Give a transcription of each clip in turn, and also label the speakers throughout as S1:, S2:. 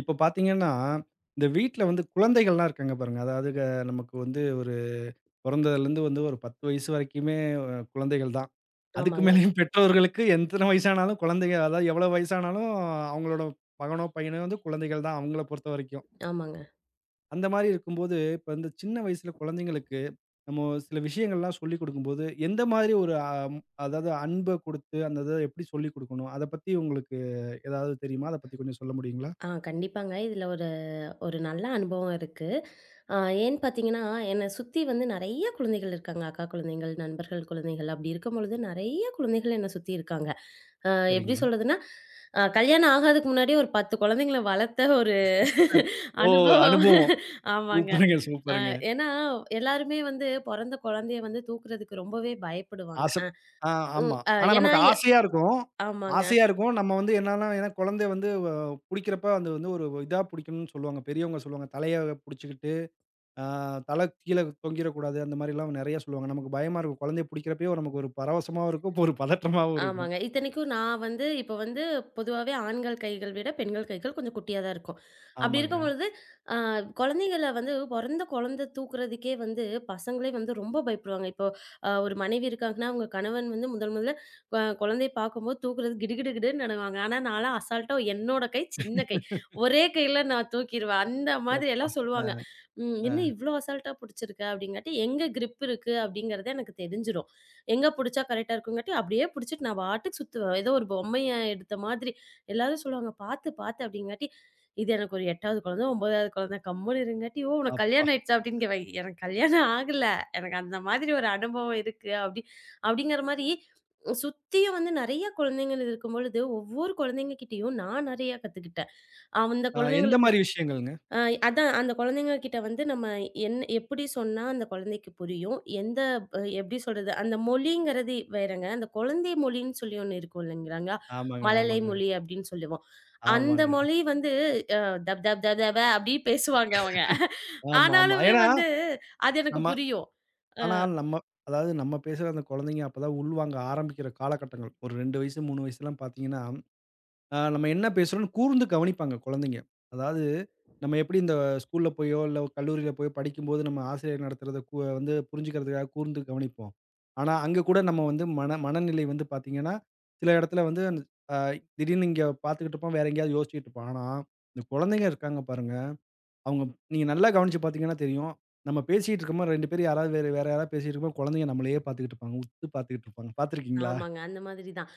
S1: இப்ப பார்த்தீங்கன்னா, இந்த வீட்ல வந்து குழந்தைகள்லாம் இருக்காங்க பாருங்க. அதாவது நமக்கு வந்து ஒரு பொறந்ததுலேருந்து வந்து ஒரு 10 வயசு வரைக்குமே குழந்தைகள் தான். அதுக்கு
S2: ஆமாங்க,
S1: மேலயும் பெற்றோர்களுக்கு எத்தன வயசானாலும் குழந்தைங்க அதாவது எவ்வளோ வயசானாலும் அவங்களோட மகனோ, பையனோ வந்து குழந்தைகள் தான் அவங்கள பொறுத்த வரைக்கும்.
S2: ஆமாங்க.
S1: அந்த மாரி இருக்கும்போது, இப்ப இந்த சின்ன வயசுல குழந்தைங்களுக்கு நம்ம சில விஷயங்கள்லாம் சொல்லிக் குடுக்கும்போது, எந்த மாதிரி ஒரு அதாவது அன்ப குடுத்து அந்த இத எப்படி சொல்லிக் குடுக்கணும்? அத பத்தி உங்களுக்கு ஏதாவது தெரியுமா? அத பத்தி கொஞ்சம் சொல்ல முடியுங்களா?
S2: ஆ கண்டிப்பாங்க. இதுல ஒரு ஒரு நல்ல அனுபவம் இருக்கு. அ ஏன்னு பார்த்தீங்கன்னா, என்ன சுத்தி வந்து நெறைய குழந்தைகள் இருக்காங்க. அக்கா குழந்தைகள், நண்பர்கள் குழந்தைகள் அப்படி இருக்கும்பொழுது நெறைய குழந்தைகள் என்ன சுத்தி இருக்காங்க. அ எப்படி
S1: சரிங்க.
S2: சொல்றதுன்னா, கல்யாணம் ஆகாததுக்கு முன்னாடியே ஒரு 10 குழந்தைங்கள வளர்த்த ஒரு
S1: ஓ!
S2: அனுபவம்.
S1: அனுபவம்.
S2: ஆமாங்க.
S1: சூப்பருங்க,
S2: அ
S1: சூப்பருங்க.
S2: ஏன்னா எல்லாருமே வந்து பொறந்த குழந்தைய வந்து தூக்குறதுக்கு ரொம்பவே பயப்படுவாங்க. அ
S1: ஆசப் ஆ
S2: ம்.
S1: ஆமா.
S2: அ
S1: ஆனா
S2: ஏன்னா
S1: நமக்கு
S2: எ
S1: ஆசையா இருக்கும்.
S2: ஆமாங்க.
S1: ஆசையா இருக்கும். நம்ம வந்து என்னன்னா, ஏன்னா குழந்தை வந்து புடிக்கிறப்ப அது வந்து ஒரு இதா புடிக்கணும்னு சொல்லுவாங்க. பெரியவங்க சொல்லுவாங்க. தலைய புடிச்சுக்கிட்டு, ஆ தலை கீழ தொங்கிறக்கூடாது. அந்த மாரிலாம் நெறைய சொல்லுவாங்க. நமக்கு பயமா இருக்கும். குழந்தைய புடிக்கிறப்பயே நமக்கு ஒரு பரவசமாவும் இருக்கும். ஒரு பதற்றமாவும் இருக்கும்.
S2: ஆமாங்க. இத்தனைக்கும் நான் வந்து இப்ப வந்து பொதுவாவே ஆண்கள் கைகள் விட பெண்கள் கைகள் கொஞ்சம் குட்டியா தான் இருக்கும். அப்படி
S1: ஆமாங்க.
S2: இருக்கும்பொழுது, அ குழந்தைங்கள வந்து பொறந்த குழந்தை தூக்குறதுக்கே வந்து பசங்களே வந்து ரொம்ப பயப்படுவாங்க. இப்போ ஒரு மனைவி இருக்காங்கன்னா, அவங்க கணவன் வந்து முதல் முதல்ல குழந்தைய பார்க்கும்போது தூக்குறது கிடுகிடுகிடுன்னு நடுவாங்க. ஆனா நான்லாம் அசால்ட்டா என்னோட கை சின்ன கை. ஒரே கையில நான் தூக்கிருவேன். அந்த மாதிரி
S1: அப்பா!
S2: எல்லாம்
S1: அ,
S2: சொல்லுவாங்க. ம்
S1: அ.
S2: "என்ன இவ்ளோ அசால்ட்டா புடிச்சிருக்க?" அப்படிங்காட்டி, எங்க கிரிப் இருக்கு அப்படிங்கிறதே எனக்கு தெரிஞ்சிரும். எங்க புடிச்சா கரெக்ட்டா இருக்குங்காட்டி, அப்படியே புடிச்சிட்டு நான் பாட்டுக்கு சுத்துவேன். ஏதோ ஒரு பொம்மைய எடுத்த மாதிரி. எல்லாரும் சொல்லுவாங்க, "பாத்து, பாத்து" அப்படிங்காட்டி, இது எனக்கு ஒரு 8வது குழந்தை, 9வது குழந்தை கம்முனு இருங்காட்டி, "ஓ! உனக்கு
S1: அப்பா!
S2: கல்யாணம் ஆயிடுச்சா?" அப்படின்னு கேட்பாங்க. எனக்கு கல்யாணம் ஆகல. எனக்கு அந்த மாதிரி ஒரு அனுபவம் இருக்கு. அப்படி அப்படிங்கிற மாரி சுத்தியும் வந்து நெறைய குழந்தைங்கள் இருக்கும்பொழுது, ஒவ்வொரு குழந்தைங்க கிட்டயும் நான் நெறைய கத்துக்கிட்டேன். அந்த
S1: எந்த
S2: குழந்தைங்களுக்கு
S1: மாரி விஷயங்கள்ங்க?
S2: அ அதான் அந்த குழந்தைங்க கிட்ட வந்து நம்ம என்ன எப்படி சொன்னா அந்த குழந்தைக்கு புரியும்? எந்த அ எப்படி சொல்றது? அந்த மொழிங்கிறது வேறங்க. அந்த குழந்தை மொழின்னு சொல்லி ஒண்ணு இருக்கும் இல்லைங்களாங்க.
S1: ஆமாங்க,
S2: மழலை
S1: ஆமாங்க.
S2: மொழி அப்படின்னு சொல்லுவோம். அந்த
S1: ஆமாங்க.
S2: மொழி வந்து அ தப் தப் தப் தப அப்படி பேசுவாங்க அவங்க.
S1: ஆமா, ஆமா.
S2: ஆனாலுமே
S1: ஏன்னா
S2: வந்து அது எனக்கு
S1: நம்ம
S2: புரியும். அ
S1: ஆனால் நம்ம அதாவது நம்ம பேசுற அந்த குழந்தைங்க அப்பதான் உள்வாங்க ஆரம்பிக்கிற காலகட்டங்கள். ஒரு 2 வயசு, 3 வயசுலாம் பார்த்தீங்கன்னா, நம்ம என்ன பேசுறோம்ன்னு கூர்ந்து கவனிப்பாங்க குழந்தைங்க. அதாவது நம்ம எப்படி இந்த ஸ்கூல்ல போயோ, இல்ல கல்லூரியில போயோ படிக்கும்போது நம்ம ஆசிரியர் நடத்துறத வந்து புரிஞ்சுக்கிறதுக்காக கூர்ந்து கவனிப்போம். ஆனா, அங்க கூட நம்ம வந்து மனநிலை வந்து பார்த்தீங்கன்னா, சில இடத்துல வந்து அ திடீர்னு இங்க பார்த்துக்கிட்டு இருப்போம், வேற எங்கேயாவது யோசிச்சுட்டு இருப்போம். ஆனா, இந்த குழந்தைங்க இருக்காங்க பாருங்க. அவங்க நீங்க நல்லா கவனிச்சு பார்த்தீங்கன்னா தெரியும். நம்ம பேசிட்டு இருக்கும்போது 2 பேர் யாராவது வேற வேற யாராவது பேசிட்டு இருக்கும்போது, குழந்தைங்க நம்மளையே பார்த்துக்கிட்டு இருப்பாங்க. உத்து பார்த்துக்கிட்டு இருப்பாங்க. பார்த்துருக்கீங்களா?
S2: ஆமாங்க. அந்த மாதிரி தான்.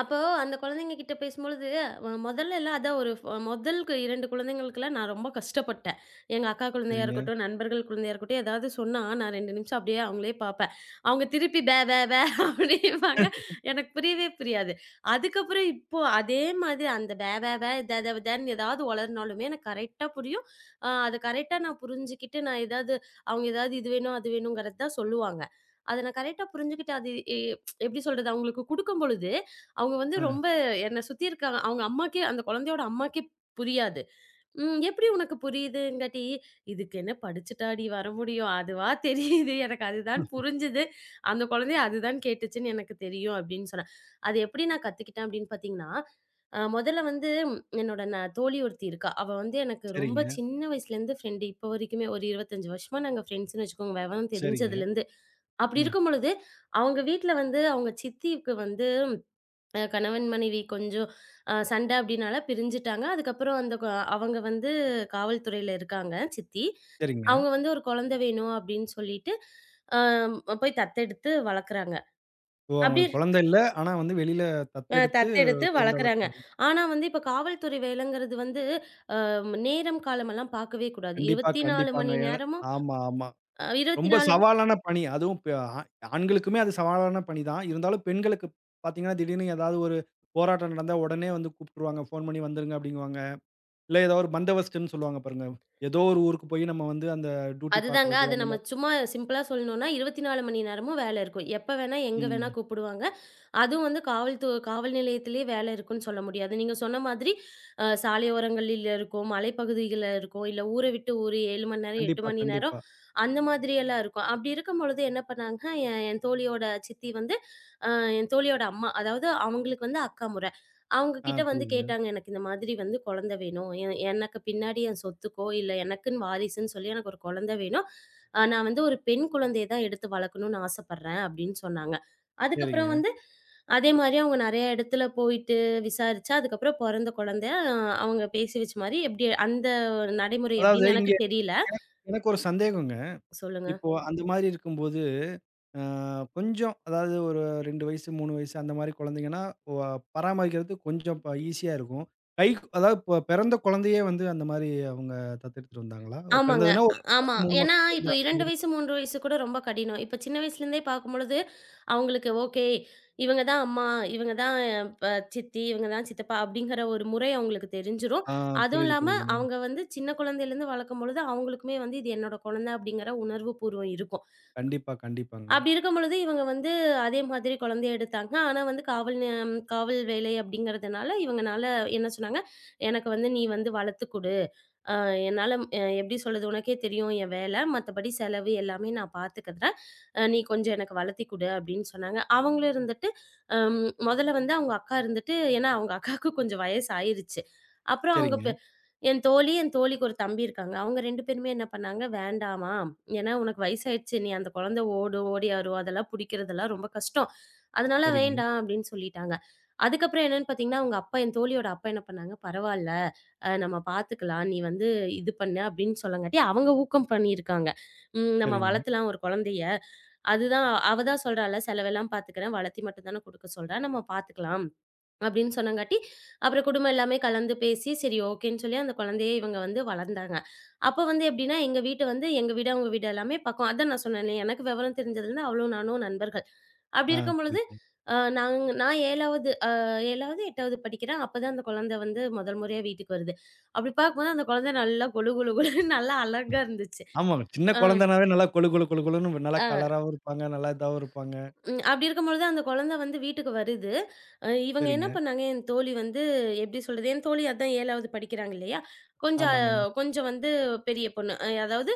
S2: அப்போ அந்த குழந்தைங்க கிட்ட பேசும்பொழுது, மொதல்ல எல்லாம் அதான் ஒரு முதல் 2 குழந்தைங்களுக்கெல்லாம் நான் ரொம்ப கஷ்டப்பட்டேன். எங்க அக்கா குழந்தையா
S1: சரிங்க.
S2: இருக்கட்டும், நண்பர்கள் குழந்தையா இருக்கட்டும், ஏதாவது சொன்னா நான் 2 நிமிஷம் அப்படியே அவங்களயே பார்ப்பேன். அவங்க திருப்பி பே பே பே அப்படிம்பாங்க. எனக்கு புரியவே புரியாது. அதுக்கப்புறம் இப்போ அதே மாதிரி அந்த பே பே பே, த த தன்னு ஏதாவது ஒளர்னாலுமே எனக்கு கரெக்ட்டா புரியும். அத கரெக்ட்டா நான் புரிஞ்சுக்கிட்டு நான் ஏதாவது அவங்க ஏதாவது இது வேணும், அது வேணுங்கிறது தான் சொல்லுவாங்க. அத நான் கரெக்ட்டா புரிஞ்சுகிட்டு அது எ எப்படி சொல்றது? அவங்களுக்கு குடுக்கும்பொழுது அவங்க வந்து
S1: ஆ
S2: ரொம்ப என்ன சுத்தி இருக்காங்க. அவங்க அம்மாக்கே அந்த குழந்தையோட அம்மாக்கே புரியாது. "ம் எப்படி உனக்கு புரியுதுங்காட்டி" "இதுக்கு என்ன படிச்சுட்டாடி வர முடியும். அதுவா தெரியுது. எனக்கு அதுதான் புரிஞ்சுது. அந்த குழந்தை அதுதான் கேட்டுச்சுன்னு எனக்கு தெரியும்." அப்படின்னு சொன்னா. அது எப்படி நான் கத்துக்கிட்டேன் அப்படின்னு பார்த்தீங்கன்னா, முதல்ல வந்து ம், என்னோட தோழி ஒருத்தி இருக்கா. அவ வந்து எனக்கு ரொம்ப
S1: சரிங்க,
S2: சின்ன வயசுலேருந்து ஃப்ரெண்டு. இப்போ வரைக்குமே ஒரு 25 வருஷமா நாங்க ஃப்ரெண்ட்ஸ்ன்னு வச்சுக்கோங்க. விவரம்
S1: சரிங்க.
S2: தெரிஞ்சதுலேருந்து. அப்படி
S1: ம்.
S2: இருக்கும் பொழுது, அவங்க வீட்ல வந்து அவங்க சித்திக்கு வந்து கணவன் மனைவி கொஞ்சம் சண்டை அப்டினால பிரிஞ்சுட்டாங்க. அதுக்கப்புறம் அந்த கொ அவங்க வந்து காவல்துறையில இருக்காங்க சித்தி.
S1: சரிங்க.
S2: அவங்க வந்து ஒரு குழந்தை வேணும் அப்டின்னு சொல்லிட்டு, போய் தத்தெடுத்து வளர்க்குறாங்க.
S1: ஓ!
S2: அப்டி
S1: அவங்களுக்கு குழந்தை இல்ல. ஆனா வந்து வெளியில
S2: அ
S1: தத்தெடுத்து
S2: தத்தெடுத்து
S1: ஒரு குழந்தை
S2: வளர்க்குறாங்க.
S1: வளர்க்குறது.
S2: ஆனா வந்து இப்ப காவல்துறை வேலைங்கிறது வந்து நேரம் காலமெல்லாம் பார்க்கவே கூடாது.
S1: கண்டிப்பா,
S2: 24
S1: கண்டிப்பாங்க.
S2: மணி
S1: ஏன்னா
S2: நேரமும்
S1: ஆமா, ஆமா.
S2: அ
S1: ரொம்ப
S2: 24
S1: சவாலான பணி. அதுவும் பெ ஆ ஆண்களுக்குமே அது சவாலான பணி தான். இருந்தாலும் பெண்களுக்கு பார்த்தீங்கன்னா, திடீர்னு ஏதாவது ஒரு போராட்டம் நடந்தா உடனே வந்து கூப்பிட்டுருவாங்க. ஃபோன் பண்ணி வந்துருங்க அப்படிங்குவாங்க. இல்ல ஏதோ ஒரு பந்தோபஸ்துன்னு சொல்லுவாங்க பாருங்க. ஏதோ ஒரு ஊருக்கு போய் நம்ம வந்து அந்த டியூட்டி
S2: அதுதாங்க.
S1: பார்க்குறது
S2: அது
S1: அந்த
S2: நம்ம
S1: மாரி
S2: சும்மா சிம்பிளா சொல்லணும்னா 24 மணி நேரமும் வேலை இருக்கும். எப்ப வேணா, எங்க வேணா
S1: ம்.
S2: கூப்பிடுவாங்க. அதுவும் வந்து காவல் நிலையத்திலேயே வேலை இருக்குன்னு சொல்ல முடியாது. நீங்க சொன்ன மாதிரி சாலையோரங்களில இருக்கும், மலைப்பகுதிகள்ல இருக்கும், இல்ல ஊர விட்டு ஊர் 7 மணி நேரம், 8
S1: கண்டிப்பா,
S2: மணி நேரம்
S1: கண்டிப்பா.
S2: அந்த மாதிரியெல்லாம் இருக்கும். அப்படி இருக்கும் பொழுது என்ன பண்ணாங்க, என் என் தோழியோட சித்தி வந்து என் தோழியோட அம்மா. அதாவது அவங்களுக்கு வந்து அக்கா முறை. அவங்க கிட்ட வந்து
S1: புரியுதுங்க.
S2: கேட்டாங்க, "எனக்கு இந்த மாதிரி வந்து குழந்தை வேணும். எனக்கு பின்னாடி என் சொத்துக்கோ, இல்ல எனக்குன்னு வாரிசுன்னு சொல்லி எனக்கு ஒரு குழந்தை வேணும். நான் வந்து ஒரு பெண் குழந்தைய தான் எடுத்து வளர்க்கணும்னு ஆசைப்படுறேன்" அப்படின்னு சொன்னாங்க. அதுக்கப்புறம்
S1: சரிங்க.
S2: வந்து அதே மாரி அவங்க நெறைய இடத்துல போயிட்டு விசாரிச்சா, அதுக்கப்புறம் பொறந்த குழந்தை அவங்க பேசி வச்ச மாரி எப்படி அந்த நடைமுறை
S1: அதாவது
S2: எப்படின்னு
S1: இங்க
S2: எனக்கு தெரியல.
S1: எனக்கு ஒரு சந்தேகங்க.
S2: சொல்லுங்க.
S1: இப்போ அந்த மாரி இருக்கும்போது, அ கொஞ்சம் அதாவது ஒரு 2 வயசு, 3 வயசு அந்த மாரி குழந்தைங்கன்னா, ஒ பராமரிக்கிறது கொஞ்சம் ஈஸியா இருக்கும். கை அதாவது பிறந்த குழந்தையே வந்து அந்த மாரி அவங்க தத்தெடுத்துட்டு வந்தாங்களா?
S2: ஆமாங்க.
S1: பிறந்ததுன்னா ஒரு 2
S2: ஆமா.
S1: மாசம், 3
S2: ஏன்னா
S1: மாசம் குழந்த.
S2: இப்ப 2 வயசு, 3 வயசு கூட ரொம்ப கடினம். இப்ப சின்ன வயசுலேருந்தே பார்க்கும்பொழுது, அவங்களுக்கு ஓகே. இவங்க தான் அம்மா, இவங்க தான் ப சித்தி, இவங்க தான் சித்தப்பா அப்படிங்கிற ஒரு முறை அவங்களுக்கு தெரிஞ்சிரும்.
S1: ஆ
S2: அதுவும்
S1: புரியுது,
S2: இல்லாம
S1: புரியுதுங்க.
S2: அவங்க வந்து சின்ன குழந்தையிலேருந்து வளர்க்கும்பொழுது, அவங்களுக்குமே வந்து இது என்னோட குழந்தை அப்படிங்கிற உணர்வு பூர்வம் இருக்கும்.
S1: கண்டிப்பா, கண்டிப்பாங்க.
S2: அப்படி இருக்கும்பொழுது இவங்க வந்து அதே மாதிரி குழந்தைய எடுத்தாங்க. ஆனா வந்து காவல் வேலை அப்படிங்கிறதுனால இவங்கனால என்ன சொன்னாங்க, "எனக்கு வந்து நீ வந்து வளர்த்து குடு." அ என்னால அ எப்படி சொல்றது? உனக்கே தெரியும் என் வேலை. மத்தபடி செலவு எல்லாமே நான் பார்த்துக்கிறேன். நீ கொஞ்சம் எனக்கு வளர்த்தி குடு அப்படின்னு சொன்னாங்க. அவங்களும் இருந்துட்டு, அம் முதல்ல வந்து அவங்க அக்கா இருந்துட்டு ஏன்னா அவங்க அக்காவுக்கு கொஞ்சம் வயசு ஆயிருச்சு. அப்புறம் அவங்க
S1: சரிங்க,
S2: பெ என் தோழி, என் தோழிக்கு ஒரு தம்பி இருக்காங்க. அவங்க 2 பேருமே என்ன பண்ணாங்க, "வேண்டாம்மா, ஏன்னா உனக்கு வயசாயிடுச்சு. நீ அந்த குழந்தை ஓடும், ஓடி வரும். அதெல்லாம் புடிக்கிறதெல்லாம் ரொம்ப கஷ்டம். அதனால
S1: சரிங்க,
S2: வேண்டாம்" அப்படின்னு சொல்லிட்டாங்க. அதுக்கப்புறம் என்னன்னு பார்த்தீங்கன்னா, அவங்க அப்பா என் தோழியோட அப்பா என்ன பண்ணாங்க, "பரவால்ல" நம்ம பார்த்துக்கலாம். நீ வந்து இது பண்ணு அப்படின்னு சொல்லங்காட்டி, அவங்க ஊக்கம் பண்ணியிருக்காங்க. ம் நம்ம
S1: சரிங்க.
S2: வளர்த்துலாம் ஒரு குழந்தைய. அதுதான் அவ தான் சொல்றால்ல, செலவெல்லாம் பார்த்துக்கிறேன். வளர்த்தி மட்டும் தானே குடுக்க சொல்றா. நம்ம பார்த்துக்கலாம். அப்படின்னு சொன்னங்காட்டி, அப்புறம் குடும்பம் எல்லாமே கலந்து பேசி, சரி ஓகேன்னு சொல்லி அந்த குழந்தைய இவங்க வந்து வளர்ந்தாங்க. அப்ப வந்து எப்படின்னா, எங்க வீட்ட வந்து எங்க வீடு, அவங்க வீடு எல்லாமே பக்கம். அதான் நான் சொன்னேன்ல, எனக்கு விவரம் தெரிஞ்சதுலருந்து அவளும் நானும் நண்பர்கள். அப்படி இருக்கும் பொழுது,
S1: புரியுது.
S2: அ நாங் நான் 7வது, 8வது படிக்கிறேன். அப்பதான் அந்த குழந்தை வந்து முதல் முறையா வீட்டுக்கு வருது. அப்படி பார்க்கும்போது அந்த குழந்தை நல்லா கொழு கொழு கொழுன்னு நல்லா அழகா இருந்துச்சு.
S1: ஆமா. சின்ன
S2: ஆ,
S1: குழந்தனாவே நல்லா கொழு கொழு கொழு கொழுன்னு நல்லா
S2: ஆ.
S1: கலராவும் இருப்பாங்க. நல்லா இதாவும் இருப்பாங்க.
S2: ம். அப்படி இருக்கும்பொழுது அந்த குழந்தை வந்து வீட்டுக்கு வருது. இவங்க என்ன
S1: சரிங்க.
S2: பண்ணாங்க, என் தோழி வந்து எப்படி சொல்றது, என் தோழி அதான் 7வது படிக்கிறாங்க இல்லையா? கொஞ்சம்
S1: ஆமாங்க.
S2: கொஞ்சம் வந்து பெரிய பொண்ணு. அதாவது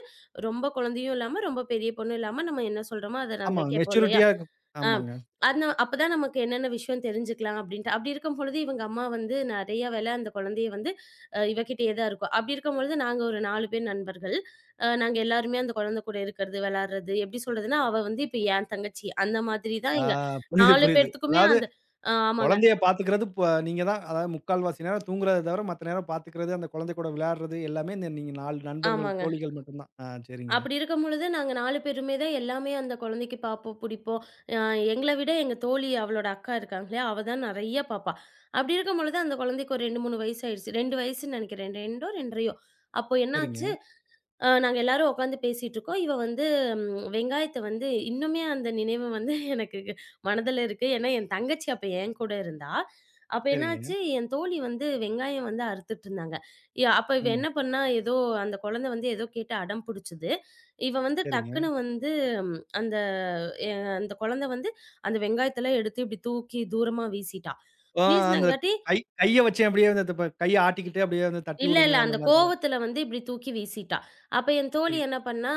S2: ரொம்ப குழந்தையும் இல்லாம, ரொம்ப பெரிய பொண்ணும் இல்லாம, நம்ம என்ன சொல்றோமோ அத
S1: ஆமா.
S2: நாங்க கேட்போம் இல்லையா?
S1: மெச்சூரிட்டியா இருக்கும்.
S2: ஆ.
S1: ஆமாங்க.
S2: அந்த அப்பதான் நமக்கு என்னென்ன விஷயம் தெரிஞ்சுக்கலாம் அப்படின்ட்டு. அப்படி இருக்கும்பொழுது இவங்க அம்மா வந்து நெறைய வேல அந்த குழந்தைய வந்து இவகிட்டயே தான் இருக்கும். அப்படி இருக்கும்பொழுது நாங்க ஒரு 4 பேர் நண்பர்கள். நாங்க எல்லாருமே அந்த குழந்தை கூட இருக்கிறது, விளையாடுறது. எப்படி சொல்றதுன்னா, அவ வந்து இப்ப என் தங்கச்சி. அந்த மாதிரி தான்
S1: ஆ
S2: எங்க
S1: புரியுது,
S2: 4
S1: புரியுது.
S2: பேத்துக்குமே
S1: அதாவது
S2: அந்த ஆமாங்க,
S1: குழந்தைய பாத்துக்கிறது நீங்க தான். அதாவது முக்கால்வாசி நேரம் தூங்குறத தவிர மத்த நேரம் பாத்துக்கிறது, அந்த குழந்தை கூட விளையாடுறது எல்லாமே இந்த நீங்க 4 நண்பர்கள்,
S2: ஆமாங்க.
S1: தோழிகள் மட்டும் தான். சரிங்க,
S2: அப்படி இருக்கும் பொழுது நாங்க 4 பேருமே தான் எல்லாமே அந்த குழந்தைக்கு பார்ப்போம், பிடிப்போம். அ எங்கள விட எங்க தோழி அவளோட அக்கா இருக்காங்களே, அவ தான் நெறைய பார்ப்பா. அப்படி இருக்கும் பொழுது அந்த குழந்தைக்கு ஒரு 2, 3 வயசு ஆயிடுச்சு. 2 வயசுன்னு நெனைக்கிறேன். 2ஓ 2 1/2 அப்போ
S1: சரிங்க,
S2: என்னாச்சு நாங்க எல்லாரும் உட்காந்து பேசிட்டுருக்கோம். இவ வந்து ம் வெங்காயத்த வந்து இன்னுமே அந்த நினைவு வந்து எனக்கு மனதில இருக்கு. ஏன்னா, என் தங்கச்சி அப்ப என் கூட இருந்தா. அப்ப
S1: சரிங்க.
S2: என்னாச்சு, என் தோழி வந்து வெங்காயம் வந்து அறுத்துட்டுருந்தாங்க. அப்ப இவ
S1: ம்.
S2: என்ன பண்ணா, ஏதோ அந்த குழந்தை வந்து ஏதோ கேட்டு அடம் புடிச்சது. இவ வந்து
S1: சரிங்க.
S2: டக்குனு வந்து ம், அந்த எ அந்த குழந்தை வந்து அந்த வெங்காயத்தலாம் எடுத்து இப்டி தூக்கி தூரமா வீசிட்டா.
S1: ஆ அந்த
S2: வீசினங்காட்டி
S1: கைய வச்சு அப்படியே வந்து த ப கைய ஆட்டிக்கிட்டு அப்படியே வந்து தட்டி
S2: இல்ல,
S1: வுடுங்க
S2: இல்ல.
S1: அந்த
S2: அந்த
S1: மாரிலாம்.
S2: கோவத்துல வந்து இப்டி தூக்கி வீசிட்டா. அப்ப என் தோழி
S1: சரி.
S2: என்ன பண்ணா,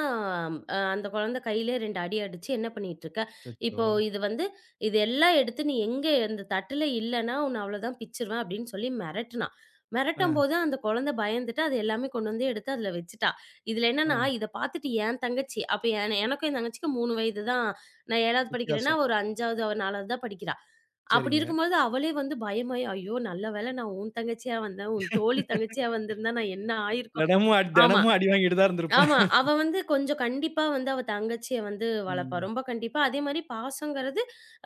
S2: அந்த குழந்தை கையிலே 2 அடி அடிச்சு, "என்ன பண்ணிட்டுருக்க?
S1: அச்சச்சோ!
S2: இப்போ இது வந்து இது எல்லாம் எடுத்து நீ எங்க இந்த தட்டுல இல்லன்னா, உன்ன அவ்வளோதான் பிச்சுருவேன்" அப்டின்னு சொல்லி மிரட்டுனா.
S1: ஆ,
S2: மிரட்டும்போது அந்த குழந்தை பயந்துட்டு, அது எல்லாமே கொண்டு வந்து எடுத்து அதுல வச்சுட்டா. இதுல
S1: ஆ.
S2: என்னன்னா, இத பார்த்துட்டு என் தங்கச்சி அப்ப என எனக்கும் என் தங்கச்சிக்கும் 3 வயது தான். நான் 7வது படிக்கிறேன்னா,
S1: வித்தியாசம்.
S2: ஒரு 5வது, அவ 4வது தான் படிக்கிறா. அப்படி
S1: சரிங்க.
S2: இருக்கும்போது அவளே வந்து பயமாயி, "ஐயோ! நல்ல வேளை நான் உன் தங்கச்சியா வந்தேன். உன் தோழி தங்கச்சியா வந்திருந்தா நான் என்ன ஆயிருக்கும்?"
S1: தினமும் அடி
S2: ஆமா.
S1: தினமும் அடி வாங்கிட்டு தான் இருந்திருப்பேன்.
S2: ஆமா. அவ வந்து கொஞ்சம் கண்டிப்பா வந்து அவ தங்கச்சிய வந்து வளர்ப்பா.
S1: ம்.
S2: ரொம்ப கண்டிப்பா. அதேமாரி பாசங்கிறது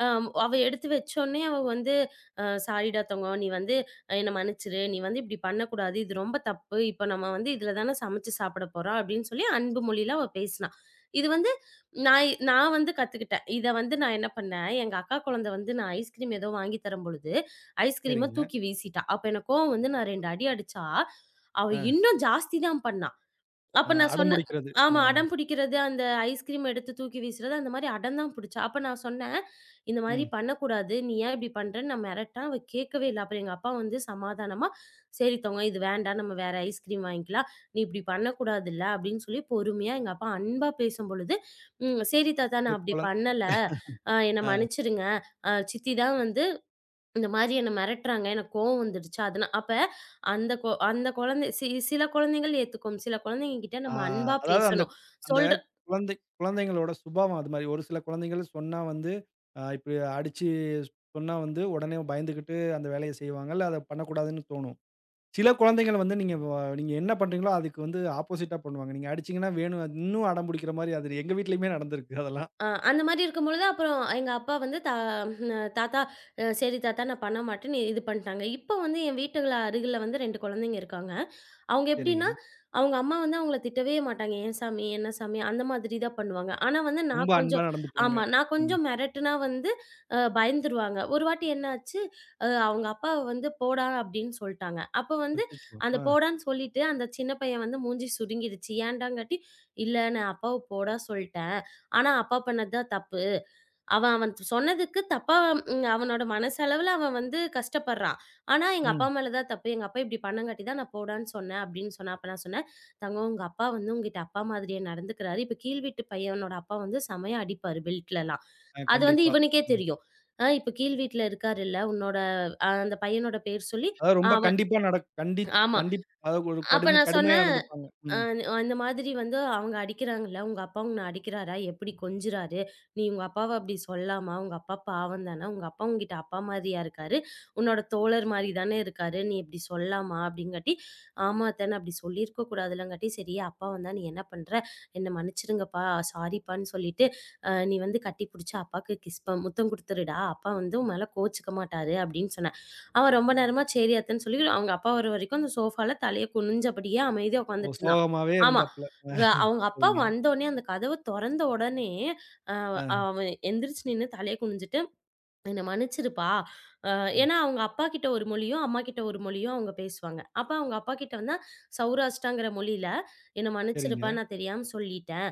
S2: அ அவ எடுத்து வச்சோனே அவ வந்து "சாரிடா தங்கம். நீ வந்து என்ன மன்னிச்சுரு. நீ வந்து இப்டி பண்ணக்கூடாது. இது ரொம்ப தப்பு. இப்ப நம்ம வந்து இதுல தான சமைச்சு சாப்பிட போறோம்." அப்டின்னு சொல்லி அன்பு மொழியில அவ பேசினா. இது வந்து நான் வந்து கத்துக்கிட்டேன். இத வந்து நான் என்ன பண்ணேன், எங்க அக்கா குழந்தை வந்து நான் ஐஸ்கிரீம் ஏதோ வாங்கி தரும் பொழுது, ஐஸ்கிரீம
S1: சரிங்க.
S2: தூக்கி வீசிட்டா. அப்ப எனக்கு கோவம் வந்து நான்
S1: அச்சச்சோ!
S2: 2 அடி அடிச்சா, அவ
S1: அ,
S2: இன்னும் ஜாஸ்தி தான் பண்ணா.
S1: அ
S2: அப்ப நான்
S1: அடம்
S2: சொன்னேன்.
S1: புடிக்கிறது.
S2: ஆமா. அடம் பிடிக்கிறது, அந்த ஐஸ்கிரீம் எடுத்து தூக்கி வீசுறது, அந்த மாரி அடம் தான் பிடிச்சா. அப்ப நான் சொன்னேன், "இந்த மாரி
S1: ம்.
S2: பண்ணக்கூடாது. நீ ஏன் இப்படி பண்றேன்னு" நான் மிரட்டேன். அவ கேட்கவே இல்ல. அப்புறம் எங்க அப்பா வந்து சமாதானமா, "சரி தங்கம் இது வேண்டாம். நம்ம வேற ஐஸ்கிரீம் வாங்கிக்கலாம். நீ இப்படி பண்ணக்கூடாதுல்ல" அப்படின்னு சொல்லி பொறுமையா எங்க அப்பா அன்பா பேசும்பொழுது, "ம். சரி தாத்தா
S1: அந்த
S2: நான் அப்படி
S1: குழந்
S2: பண்ணல. என்ன
S1: அ,
S2: மன்னிச்சிடுங்க. சித்தி தான் வந்து இந்த மாரி என்ன மிரட்டுறாங்க. எனக்கு கோவம் வந்துடுச்சு. அதுனா அப்ப அந்த குழந்தை சில குழந்தைகள் ஏத்துக்கும். சில குழந்தைங்ககிட்ட
S1: ஆ
S2: நம்ம அன்பா
S1: அதாவது அந்த
S2: பேசணும்.
S1: அந்த
S2: சொல்
S1: குழந்தை குழந்தைங்களோட சுபாவம் அது மாரி. ஒரு சில குழந்தைகள் சொன்னா வந்து, இப்படி அடிச்சு சொன்னா வந்து உடனே பயந்துகிட்டு அந்த வேலைய செய்வாங்க. இல்ல அத பண்ணக்கூடாதுன்னு தோணும். சில குழந்தைகள் வந்து நீங்க என்ன பண்றீங்களோ அதுக்கு வந்து ஆப்போசிட்டா பண்ணுவாங்க. நீங்க அடிச்சீங்கன்னா வேணும் அது இன்னும் அடம் புடிக்கிற மாரி அது எங்க வீட்லயுமே நடந்திருக்கு அதெல்லாம்.
S2: ஆ அந்த மாரி இருக்கும்பொழுது, அப்புறம் எங்க அப்பா வந்து தா தாத்தா "சரி தாத்தா, நான் பண்ண மாட்டேன்." இது பண்ணிட்டாங்க. இப்போ வந்து என் வீட்டுல அருகில வந்து 2 குழந்தைங்க இருக்காங்க. அவங்க
S1: சரிங்க.
S2: எப்படின்னா, அவங்க அம்மா வந்து அவங்கள திட்டவே மாட்டாங்க. "ஏன் சாமி, என்ன சாமி?" அந்த மாதிரி தான் பண்ணுவாங்க. ஆனா வந்து
S1: ரொம்ப
S2: நான்
S1: அன்பா
S2: கொஞ்சம்
S1: நடந்துப்பாங்க.
S2: ஆமா. நான்
S1: ம்.
S2: கொஞ்சம் மிரட்டுனா வந்து பயந்துருவாங்க. ஒரு வாட்டி என்னாச்சு, அவங்க அப்பா வந்து "போடா" அப்படின்னு சொல்ட்டாங்க. அப்போ வந்து
S1: அச்சச்சோ!
S2: அந்த
S1: அ,
S2: போடான்னு சொல்லிட்டு, அந்த சின்ன பையன் வந்து மூஞ்சி சுருங்கிடுச்சு. ஏன்டாங்காட்டி, "இல்ல நான் அப்பாவ போடா சொல்ட்டேன்." ஆனா, அப்பா பண்ணது தான் தப்பு. அவன் அவன் சொன்னதுக்கு தப்பா ம் அவனோட மனசளவுல அவன் வந்து கஷ்டப்படுறான். ஆனா, எங்க அப்பா
S1: ம்.
S2: மேல தான் தப்பு. எங்க அப்பா இப்டி பண்ணங்காட்டி தான் நான் போடான்னு சொன்னேன் அப்டின்னு சொன்னா, அப்ப நான் சொன்னேன், "தங்கம் உங்க அப்பா வந்து உன்கிட்ட அப்பா மாதிரியே நடந்துக்கிறாரு. இப்ப கீழ் வீட்டு பையனோட அப்பா வந்து செமையா அடிப்பாரு பெல்ட்லலாம்." அது வந்து
S1: கண்டிப்பா.
S2: இவனுக்கே
S1: ம்.
S2: தெரியும். "ஆ இப்ப கீழ் வீட்ல இருக்காருல்ல, உன்னோட" அந்த பையனோட பேர் சொல்லி
S1: அதாவது ரொம்ப
S2: அவன்
S1: கண்டிப்பா நடக் கண்டித்
S2: ஆமா.
S1: கண்டிப் அதாவது ஒரு
S2: அப்ப
S1: கடும்
S2: நான்
S1: கடுமையா
S2: சொன்னேன்
S1: நடந்துப்பாங்க.
S2: அ
S1: ம்.
S2: அந்த மாதிரி வந்து அவங்க அடிக்கிறாங்கல்ல, உங்க அப்பா உன்ன அடிக்கிறாரா? எப்படி கொஞ்சுறாரு? நீ உங்க அப்பாவ அப்படி சொல்லாமா? உங்க அப்பா பாவம் தானே. உங்க அப்பா உன்கிட்ட அப்பா மாரியா இருக்காரு. உன்னோட தோழர் மாரி தானே இருக்காரு. நீ இப்படி சொல்லாமா? அப்படிங்காட்டி, ஆமா அத்த நான் அப்படி சொல்லியிருக்க கூடாதுல்லங்காட்டி, சரி அப்பா வந்தா நீ என்ன பண்ற? என்ன மன்னிச்சிடுங்கப்பா, சாரிப்பான்னு சொல்லிட்டு, நீ வந்து கட்டி புடிச்சு அப்பாக்கு கிஸ் பண் முத்தம் குடுத்துருடா. அப்பா வந்து உன் மேல கோச்சுக்க மாட்டாரு அப்படின்னு சொன்னேன். அவன் ரொம்ப நேரமா சரி அத்தன்னு சொல்லி அவங்க அப்பா வர வரைக்கும் அந்த சோஃபால தலைய குனிஞ்சபடியே அமைதியா
S1: ஓ!
S2: உட்காந்துட்டு இருந்தான்.
S1: சோகமாவே
S2: ஆமா.
S1: இருந்தாப்ல.
S2: அவங்க அப்பா
S1: சரிங்க.
S2: வந்தோனே அந்த கதவு தொறந்த உடனே, அ
S1: ஆ.
S2: அவன் எந்திரிச்சு நின்னு தலைய குனிஞ்சுட்டு, "என்ன மன்னிச்சிருப்பா" அ
S1: ம்.
S2: ஏன்னா அவங்க அப்பா கிட்ட ஒரு மொழியும், அம்மா கிட்ட ஒரு மொழியும் அவங்க பேசுவாங்க. அப்ப அவங்க அப்பா கிட்ட வந்து சௌராஷ்டிராங்கிற மொழியில, "என்ன
S1: சரிங்க.
S2: மன்னிச்சிருப்பா நான் தெரியாம சொல்லிட்டேன்."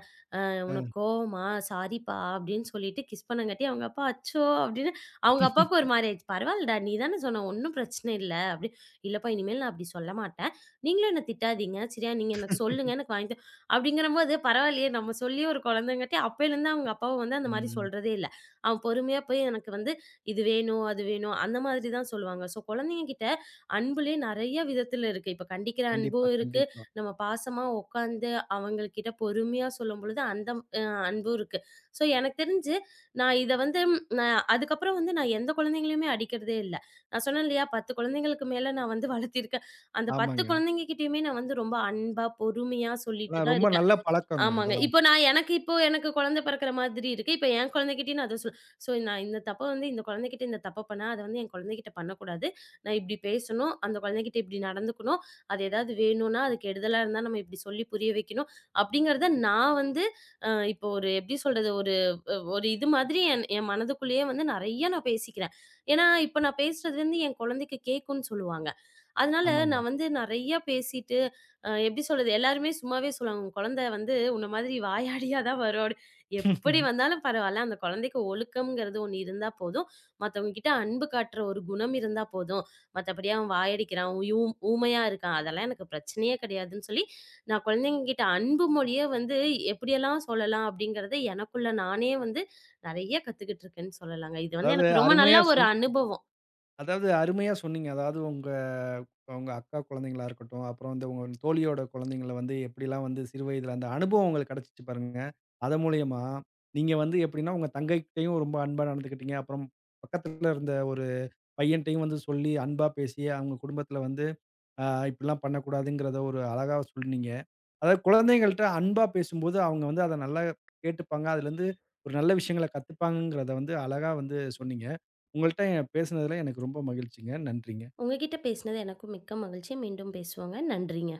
S1: ஆ.
S2: உனக்கு கோவமா? சாரிப்பா" அப்படின்னு சொல்லிட்டு கிஸ் பண்ணங்காட்டி, அவங்க அப்பா அச்சோ! அப்படின்னு அவங்க அப்பாவுக்கு ஒரு மாரி ஆயிடுச்சு. "பரவாயில்லடா, நீ தானே சொன்ன ஒண்ணும் பிரச்சனை இல்ல" அப்படி. "இல்லப்பா, இனிமேல் நான் அப்படி சொல்ல மாட்டேன். நீங்களும் என்ன திட்டாதீங்க. சரியா? நீங்க எனக்கு சொல்லுங்க, எனக்கு வாங்கி த" அப்படிங்கிறபோது பரவாயில்லையே நம்ம சொல்லி ஒரு குழந்தைங்காட்டி அப்பயிலேருந்து அவங்க அப்பாவும் வந்து அந்த மாரி
S1: ம்.
S2: சொல்றதே இல்ல. அவன் பொறுமையா போய் எனக்கு வந்து இது வேணும், அது வேணும் அந்த மாதிரி தான் சொல்லுவாங்க. ஸோ குழந்தைங்க கிட்ட அன்புலயே நெறைய விதத்தில இருக்கு. இப்ப கண்டிக்கிற
S1: கண்டிப்பா,
S2: அன்பும் இருக்கு.
S1: கண்டிப்பா.
S2: நம்ம பாசமா உட்காந்து அவங்கள்கிட்ட பொறுமையா சொல்லும்பொழுது அந்த அ அன்பும் இருக்கு. ஸோ எனக்கு தெரிஞ்சு நான் இத வந்து ம், நான் அதுக்கப்புறம் வந்து நான் எந்த குழந்தைங்களையுமே அடிக்கிறதே இல்ல. நான் சொன்னேன் இல்லையா 10 குழந்தைங்களுக்கு மேல நான் வந்து வளர்த்திருக்கேன். அந்த 10
S1: ஆமாங்க.
S2: குழந்தைங்ககிட்டயுமே நான் வந்து ரொம்ப அன்பா, பொறுமையா சொல்லிட்டு
S1: அதான்
S2: தான்
S1: ரொம்ப
S2: இருக்கேன்.
S1: நல்ல பழக்கங்க
S2: ஆமாங்க.
S1: இதெல்லாம்.
S2: இப்போ நான் எனக்கு இப்போ எனக்கு குழந்தை பிறக்கிற மாதிரி இருக்கு. இப்ப என் குழந்தைகிட்டயும் நான் அத "சோ நான் இந்த தப்ப வந்து இந்த குழந்தைகிட்ட இந்த தப்ப பண்ணா, அத வந்து என் குழந்தைகிட்ட பண்ணக்கூடாது. நான் இப்படி பேசணும். அந்த குழந்தைகிட்ட இப்படி நடந்துக்கணும். அது ஏதாவது வேணும்னா, அது கெடுதலா இருந்தா நம்ம இப்படி சொல்லி புரிய வைக்கணும்." அப்படிங்கிறத நான் வந்து இப்போ ஒரு எப்படி சொல்றது? ஒரு ஒரு இது மாதிரி என் என் மனதுக்குள்ளேயே வந்து நெறைய நான் பேசிக்கிறேன். ஏன்னா, இப்ப நான் பேசுறது வந்து என் குழந்தைக்கு கேட்கும்னு சொல்லுவாங்க. அதனால
S1: ஆமாங்க.
S2: நான் வந்து நெறைய பேசிட்டு, எப்படி சொல்றது? எல்லாருமே சும்மாவே சொல்லுவாங்க, "உன் குழந்தை வந்து உன்ன மாதிரி வாயாடியா தான் வரும்." அப்படி. எப்படி வந்தாலும் பரவால்ல, அந்த குழந்தைக்கு ஒழுக்கம்ங்கிறது ஒண்ணு இருந்தா போதும். மத்தவங்க கிட்ட அன்பு காட்டுற ஒரு குணம் இருந்தா போதும். மத்தபடி அவன் வாயடிக்கிறான், ஊமையா இருக்கான், அதெல்லாம் எனக்கு பிரச்சனையே கிடையாதுன்னு சொல்லி, நான் குழந்தைங்க கிட்ட அன்பு மொழிய வந்து எப்படியெல்லாம் சொல்லலாம் அப்படிங்கிறத எனக்குள்ள நானே வந்து நெறைய கத்துக்கிட்டு இருக்கேன்னு சொல்லலாங்க. இது வந்து
S1: அதாவது
S2: எனக்கு ரொம்ப நல்ல
S1: அருமையா
S2: ஒரு
S1: சொன்னீங்க.
S2: அனுபவம்.
S1: அதாவது அருமையா சொன்னீங்க. அதாவது உங்க உங்க அக்கா குழந்தைங்களா இருக்கட்டும், அப்புறம் வந்து உங்க தோழியோட குழந்தைங்கள வந்து எப்படிலாம் வந்து சிறு வயதில அந்த அனுபவம் உங்களுக்கு கிடைச்சுச்சு பாருங்க. அதன் மூலியமா நீங்க வந்து எப்படின்னா, உங்க தங்கைகிட்டயும் ரொம்ப அன்பா நடந்துக்கிட்டீங்க. அப்புறம் பக்கத்துல இருந்த ஒரு பையன்ட்டயும் வந்து சொல்லி அன்பா பேசி, அவங்க குடும்பத்துல வந்து அ இப்படிலாம் பண்ணக்கூடாதுங்கிறத ஒரு அழகா சொன்னீங்க. அதாவது குழந்தைங்கள்ட்ட அன்பா பேசும்போது, அவங்க வந்து அத நல்லா கேட்டுப்பாங்க. அதுலருந்து ஒரு நல்ல விஷயங்கள கத்துப்பாங்கங்கிறத வந்து அழகா வந்து சொன்னீங்க. உங்கள்ட்ட பேசுனதுல எனக்கு ரொம்ப மகிழ்ச்சிங்க. நன்றிங்க.
S2: உங்ககிட்ட பேசினது எனக்கும் மிக்க மகிழ்ச்சி. மீண்டும் பேசுவோங்க. நன்றிங்க.